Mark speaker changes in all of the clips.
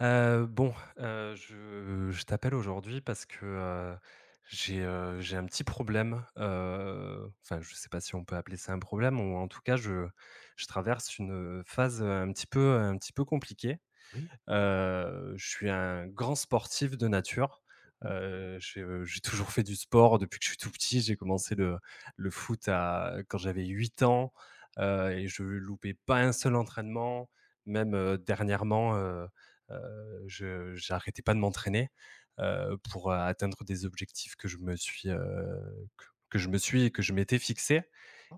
Speaker 1: Heu, bon, je t'appelle aujourd'hui parce que, j'ai un petit problème, enfin, je sais pas si on peut appeler ça un problème ou en tout cas je traverse une, phase, un petit peu compliquée.
Speaker 2: Oui.
Speaker 1: Je suis un grand sportif de nature.
Speaker 2: Mmh.
Speaker 1: J'ai toujours fait du sport depuis que je suis tout petit. J'ai commencé le foot à quand j'avais 8 ans, et je loupais pas un seul entraînement. Même, dernièrement, je j'arrêtais pas de m'entraîner, pour, atteindre des objectifs que je me suis, que je me suis et que je m'étais fixé.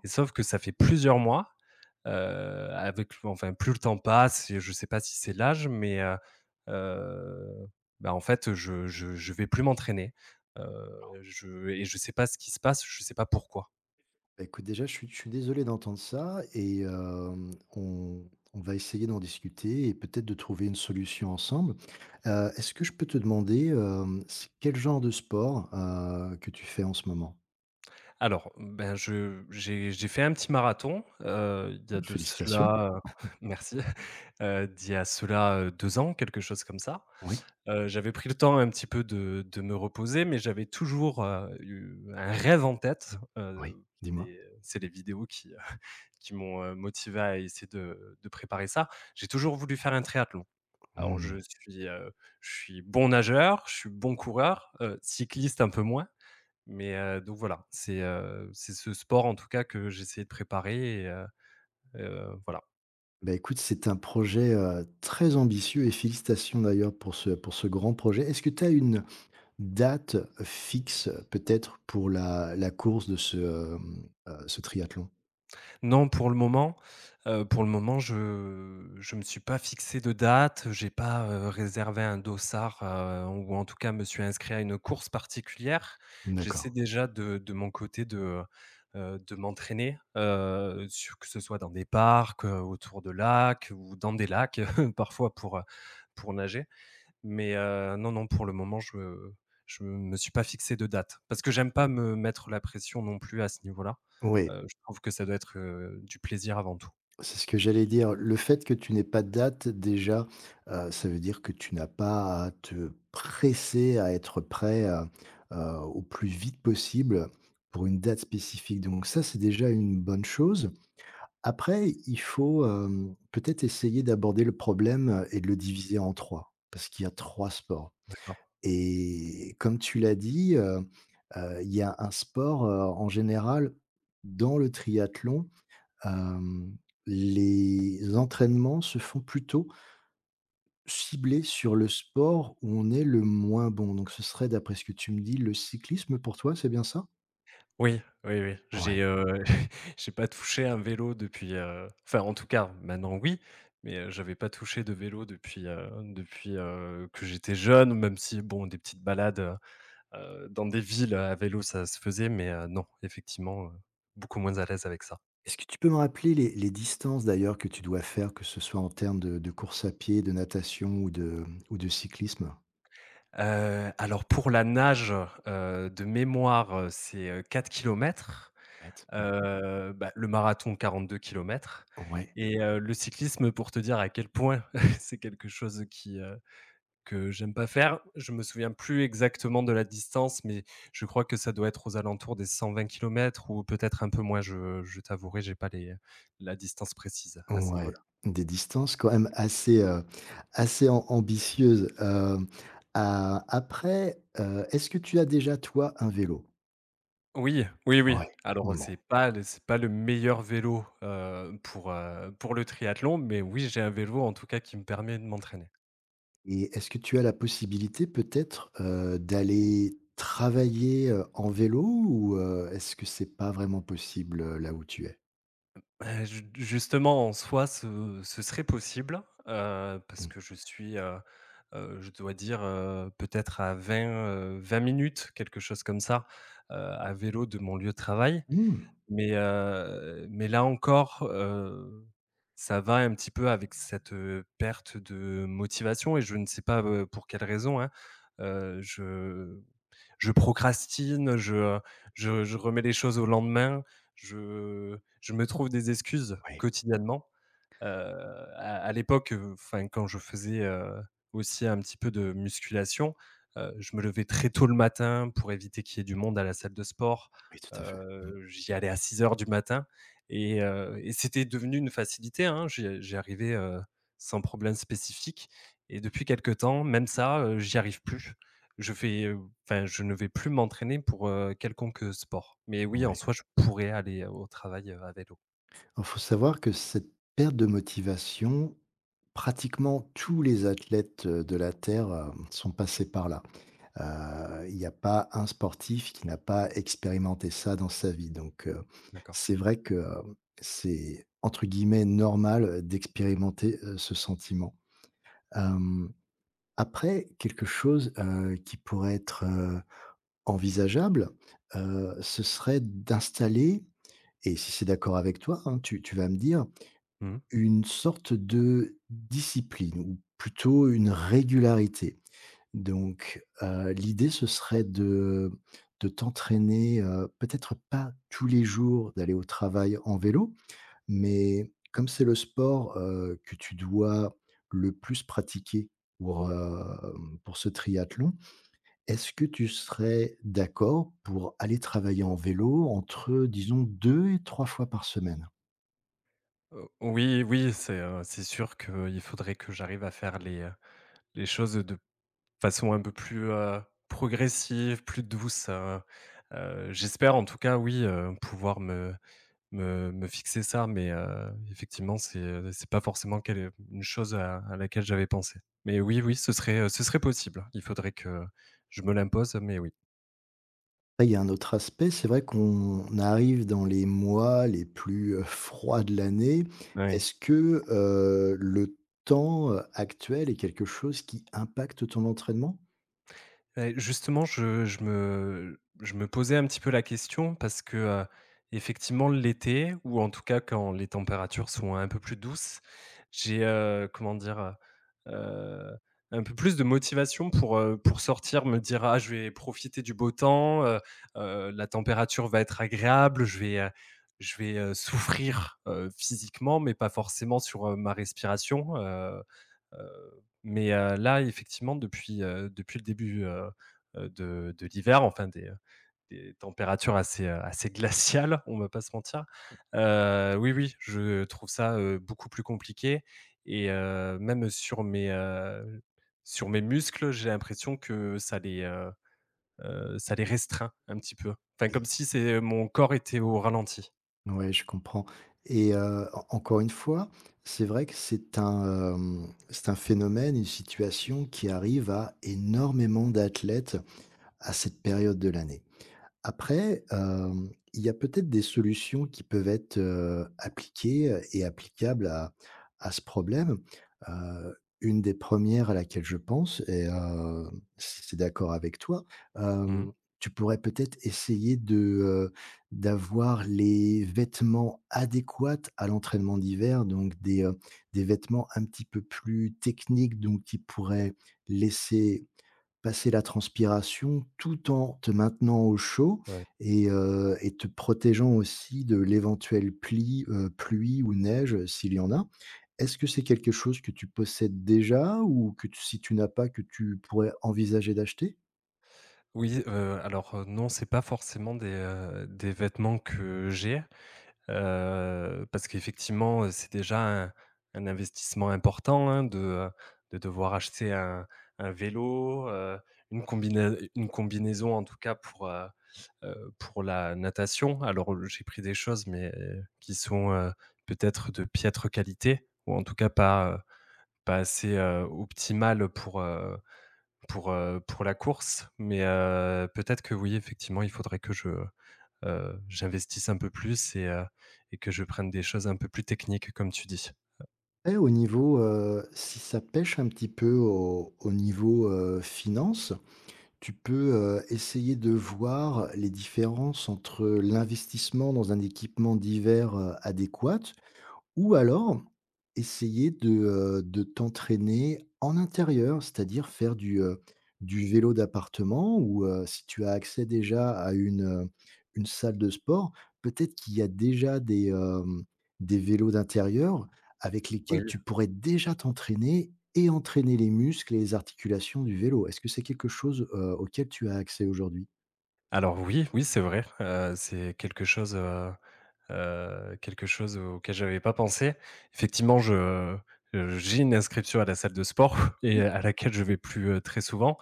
Speaker 1: Et sauf que ça fait plusieurs mois. Heu, Avec enfin, plus le temps passe et je ne sais pas si c'est l'âge, mais heu, en fait, je vais plus m'entraîner, je et je sais pas ce qui se passe, je sais pas pourquoi.
Speaker 2: Bah, écoute, déjà, je suis désolé d'entendre ça et on va essayer d'en discuter et peut-être de trouver une solution ensemble. Est-ce que je peux te demander, c'est quel genre de sport, que tu fais en ce moment?
Speaker 1: Alors, ben, je j'ai fait un petit marathon, il y a de
Speaker 2: Félicitations.
Speaker 1: cela merci, d'il y a cela, 2 ans, quelque chose comme ça.
Speaker 2: Oui,
Speaker 1: J'avais pris le temps un petit peu de me reposer, mais j'avais toujours, eu un rêve en tête,
Speaker 2: oui, dis-moi?
Speaker 1: et c'est les vidéos qui m'ont, motivé à essayer de préparer ça. J'ai toujours voulu faire un triathlon. Alors
Speaker 2: Mmh.
Speaker 1: je suis bon nageur, je suis bon coureur, cycliste un peu moins, mais donc voilà, c'est ce sport en tout cas que j'essayais de préparer et voilà.
Speaker 2: Bah, écoute, c'est un projet, très ambitieux et félicitations d'ailleurs pour ce grand projet. Est-ce que tu as une date fixe peut-être pour la course de ce, ce triathlon?
Speaker 1: Non, pour le moment, je me suis pas fixé de date, j'ai pas, réservé un dossard, ou en tout cas me suis inscrit à une course particulière.
Speaker 2: D'accord.
Speaker 1: J'essaie déjà de mon côté de m'entraîner, sur que ce soit dans des parcs, autour de lacs ou dans des lacs, parfois pour nager. Mais non, non, pour le moment, je me suis pas fixé de date. Parce que j'aime pas me mettre la pression non plus à ce niveau-là.
Speaker 2: Oui,
Speaker 1: Je trouve que ça doit être, du plaisir avant tout.
Speaker 2: c'est ce que j'allais dire. Le fait que tu n'aies pas de date, déjà, ça veut dire que tu n'as pas à te presser à être prêt, au plus vite possible pour une date spécifique. Donc ça, c'est déjà une bonne chose. Après, il faut, peut-être essayer d'aborder le problème et de le diviser en 3, parce qu'il y a 3 sports
Speaker 1: D'accord.
Speaker 2: et comme tu l'as dit, il y a un sport, en général dans le triathlon. Hem, les entraînements se font plutôt ciblés sur le sport où on est le moins bon. Donc ce serait, d'après ce que tu me dis, le cyclisme pour toi, c'est bien ça?
Speaker 1: Oui, oui, oui, j'ai,
Speaker 2: Ouais.
Speaker 1: j'ai pas touché un vélo depuis, enfin, en tout cas, maintenant, oui, mais j'avais pas touché de vélo depuis, depuis, que j'étais jeune, même si, bon, des petites balades, dans des villes à vélo, ça se faisait, mais non, effectivement, beaucoup moins à l'aise avec ça.
Speaker 2: Est-ce que tu peux me rappeler les distances d'ailleurs que tu dois faire, que ce soit en termes de course à pied, de natation ou de cyclisme?
Speaker 1: Alors pour la nage, de mémoire, c'est, 4 km,
Speaker 2: Bête. Mmh.
Speaker 1: bah, le marathon 42 kilomètres
Speaker 2: Ouais,
Speaker 1: et le cyclisme pour te dire à quel point c'est quelque chose qui, que j'aime pas faire. Je me souviens plus exactement de la distance, mais je crois que ça doit être aux alentours des 120 kilomètres ou peut-être un peu moins. Je t'avouerai, j'ai pas les la distance précise à ce
Speaker 2: ouais,
Speaker 1: niveau-là.
Speaker 2: des distances quand même assez, assez am ambitieuses. A après, est-ce que tu as déjà toi un vélo?
Speaker 1: Oui, oui, oui.
Speaker 2: Ouais.
Speaker 1: Alors,
Speaker 2: Bon.
Speaker 1: c'est pas le meilleur vélo, pour le triathlon, mais oui, j'ai un vélo, en tout cas, qui me permet de m'entraîner.
Speaker 2: Et est-ce que tu as la possibilité peut-être, d'aller travailler, en vélo ou, est-ce que c'est pas vraiment possible, là où tu es?
Speaker 1: Bah, ju justement, en soi, ce serait possible, parce
Speaker 2: Mmh.
Speaker 1: que je suis, je dois dire, peut-être à 20 20 minutes, quelque chose comme ça, à vélo de mon lieu de travail.
Speaker 2: Mmh.
Speaker 1: Mais, mais là encore, ça va un petit peu avec cette, perte de motivation et je ne sais pas, pour quelle raison, hein. Heu, je je procrastine, je, je remets les choses au lendemain, je me trouve des excuses
Speaker 2: Oui,
Speaker 1: quotidiennement. Heu, à à l'époque, enfin quand je faisais, aussi un petit peu de musculation, je me levais très tôt le matin pour éviter qu'il y ait du monde à la salle de sport.
Speaker 2: oui, tout à fait. Mmh,
Speaker 1: J'y allais à 6 heures du matin et et c'était devenu une facilité, hein. J'y arrivais, sans problème spécifique et depuis quelque temps, même ça, j'y arrive plus. Je fais, enfin je ne vais plus m'entraîner pour, quelconque, sport. Mais oui, en
Speaker 2: oui.
Speaker 1: soi, je pourrais aller au travail, à vélo.
Speaker 2: Alors faut savoir que cette perte de motivation, pratiquement tous les athlètes, de la terre, sont passés par là. Il n'y a pas un sportif qui n'a pas expérimenté ça dans sa vie, donc
Speaker 1: D'accord.
Speaker 2: c'est vrai que, c'est entre guillemets «normal», d'expérimenter, ce sentiment. Hem, Après quelque chose, qui pourrait être, envisageable, ce serait d'installer, et si c'est d'accord avec toi, hein, tu tu vas me dire,
Speaker 1: Mmh.
Speaker 2: une sorte de discipline ou plutôt une régularité. Donc, l'idée ce serait de t'entraîner, peut-être pas tous les jours d'aller au travail en vélo, mais comme c'est le sport, que tu dois le plus pratiquer pour, pour ce triathlon, est-ce que tu serais d'accord pour aller travailler en vélo entre, disons, 2 et 3 fois par semaine?
Speaker 1: Oui, oui, c'est sûr qu'il faudrait que j'arrive à faire les choses de façon un peu plus, progressive, plus douce, j'espère en tout cas oui, pouvoir me fixer ça, mais effectivement c'est pas forcément quelle une chose à laquelle j'avais pensé. Mais oui, oui, ce serait possible. Il faudrait que je me l'impose, mais oui.
Speaker 2: Après, il y a un autre aspect, c'est vrai qu'on arrive dans les mois les plus, froids de l'année.
Speaker 1: Oui.
Speaker 2: Est-ce que, le temps, actuel est quelque chose qui impacte ton entraînement?
Speaker 1: Et justement, je me posais un petit peu la question parce que, effectivement l'été ou en tout cas quand les températures sont un peu plus douces, j'ai, comment dire? Un peu plus de motivation pour sortir, me dire: «Ah je vais profiter du beau temps, la température va être agréable, je vais, souffrir, physiquement mais pas forcément sur, ma respiration». Heu Là, effectivement, depuis, depuis le début, de l'hiver, enfin des températures assez, assez glaciales, on ne va pas se mentir. Oui, oui, je trouve ça, beaucoup plus compliqué et même sur mes muscles, j'ai l'impression que ça les restreint un petit peu. Enfin,
Speaker 2: Oui.
Speaker 1: comme si c'est mon corps était au ralenti.
Speaker 2: Ouais, je comprends, et en encore une fois, c'est vrai que c'est un, c'est un phénomène, une situation qui arrive à énormément d'athlètes à cette période de l'année. Après, il y a peut-être des solutions qui peuvent être, appliquées, et applicables à ce problème. Heu, une des premières à laquelle je pense, et si c'est d'accord avec toi,
Speaker 1: Mmh.
Speaker 2: hem, tu pourrais peut-être essayer de, heu, d'avoir les vêtements adéquats à l'entraînement d'hiver, donc des vêtements un petit peu plus techniques, donc qui pourraient laisser passer la transpiration tout en te maintenant au chaud
Speaker 1: Ouais.
Speaker 2: et te protégeant aussi de l'éventuelle pli pluie ou neige, s'il y en a. Est-ce que c'est quelque chose que tu possèdes déjà, ou que tu si tu n'as pas, que tu pourrais envisager d'acheter?
Speaker 1: Oui, alors, non, c'est pas forcément des vêtements que j'ai. Parce qu'effectivement, c'est déjà un investissement important, hein, de devoir acheter un vélo, une combina une combinaison en tout cas pour la natation. Alors, j'ai pris des choses mais qui sont, peut-être de piètre qualité ou en tout cas pas, pas assez, optimales pour, pour la course mais peut-être que oui, effectivement, il faudrait que je j'investisse un peu plus et que je prenne des choses un peu plus techniques, comme tu dis.
Speaker 2: Et au niveau, si ça pèche un petit peu au au niveau, finances, tu peux, essayer de voir les différences entre l'investissement dans un équipement d'hiver, adéquat. Ou alors, essayer de t'entraîner en intérieur, c'est-à-dire faire du vélo d'appartement ou, si tu as accès déjà à une salle de sport, peut-être qu'il y a déjà des, des vélos d'intérieur avec
Speaker 1: Oui.
Speaker 2: lesquels tu pourrais déjà t'entraîner et entraîner les muscles et les articulations du vélo. Est-ce que c'est quelque chose, auquel tu as accès aujourd'hui?
Speaker 1: Alors oui, oui, c'est vrai, c'est quelque chose auquel j'avais pas pensé. Effectivement, je j'ai une inscription à la salle de sport et à laquelle je vais plus, très souvent.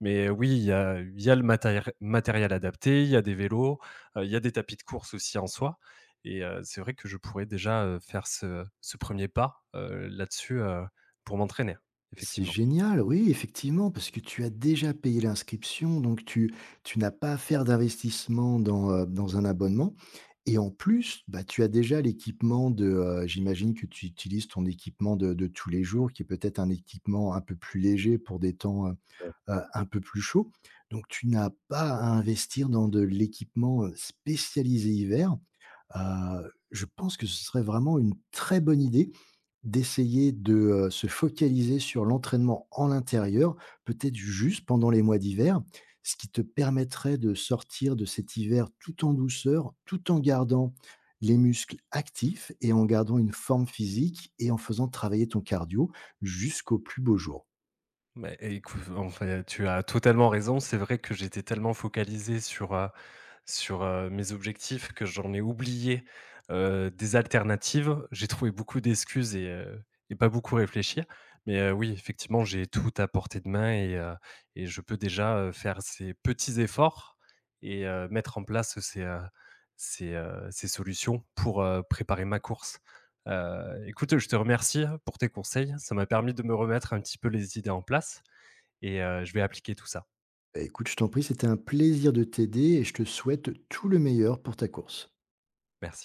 Speaker 1: Mais oui, il y a le matérie matériel adapté, il y a des vélos, il y a des tapis de course aussi en soi et c'est vrai que je pourrais déjà, faire ce 1 pas, là-dessus, pour m'entraîner,
Speaker 2: C'est
Speaker 1: effectivement.
Speaker 2: génial, oui, effectivement, parce que tu as déjà payé l'inscription, donc tu n'as pas à faire d'investissement dans, dans un abonnement, et en plus, bah, tu as déjà l'équipement de, j'imagine que tu utilises ton équipement de tous les jours qui est peut-être un équipement un peu plus léger pour des temps,
Speaker 1: Ouais.
Speaker 2: un peu plus chauds. Donc tu n'as pas à investir dans de l'équipement, spécialisé hiver. Je pense que ce serait vraiment une très bonne idée d'essayer de, se focaliser sur l'entraînement en l'intérieur, peut-être juste pendant les mois d'hiver, ce qui te permettrait de sortir de cet hiver tout en douceur, tout en gardant les muscles actifs et en gardant une forme physique et en faisant travailler ton cardio jusqu'au plus beau jour.
Speaker 1: Mais écoute, enfin tu as totalement raison. C'est vrai que j'étais tellement focalisé sur, sur mes objectifs que j'en ai oublié, des alternatives. J'ai trouvé beaucoup d'excuses et et pas beaucoup réfléchi. Mais, oui, effectivement, j'ai tout à portée de main et et je peux déjà, faire ces petits efforts et mettre en place ces, ces, ces solutions pour, préparer ma course. Écoute, je te remercie pour tes conseils. Ça m'a permis de me remettre un petit peu les idées en place et je vais appliquer tout ça.
Speaker 2: Bah, écoute, je t'en prie, c'était un plaisir de t'aider et je te souhaite tout le meilleur pour ta course.
Speaker 1: Merci.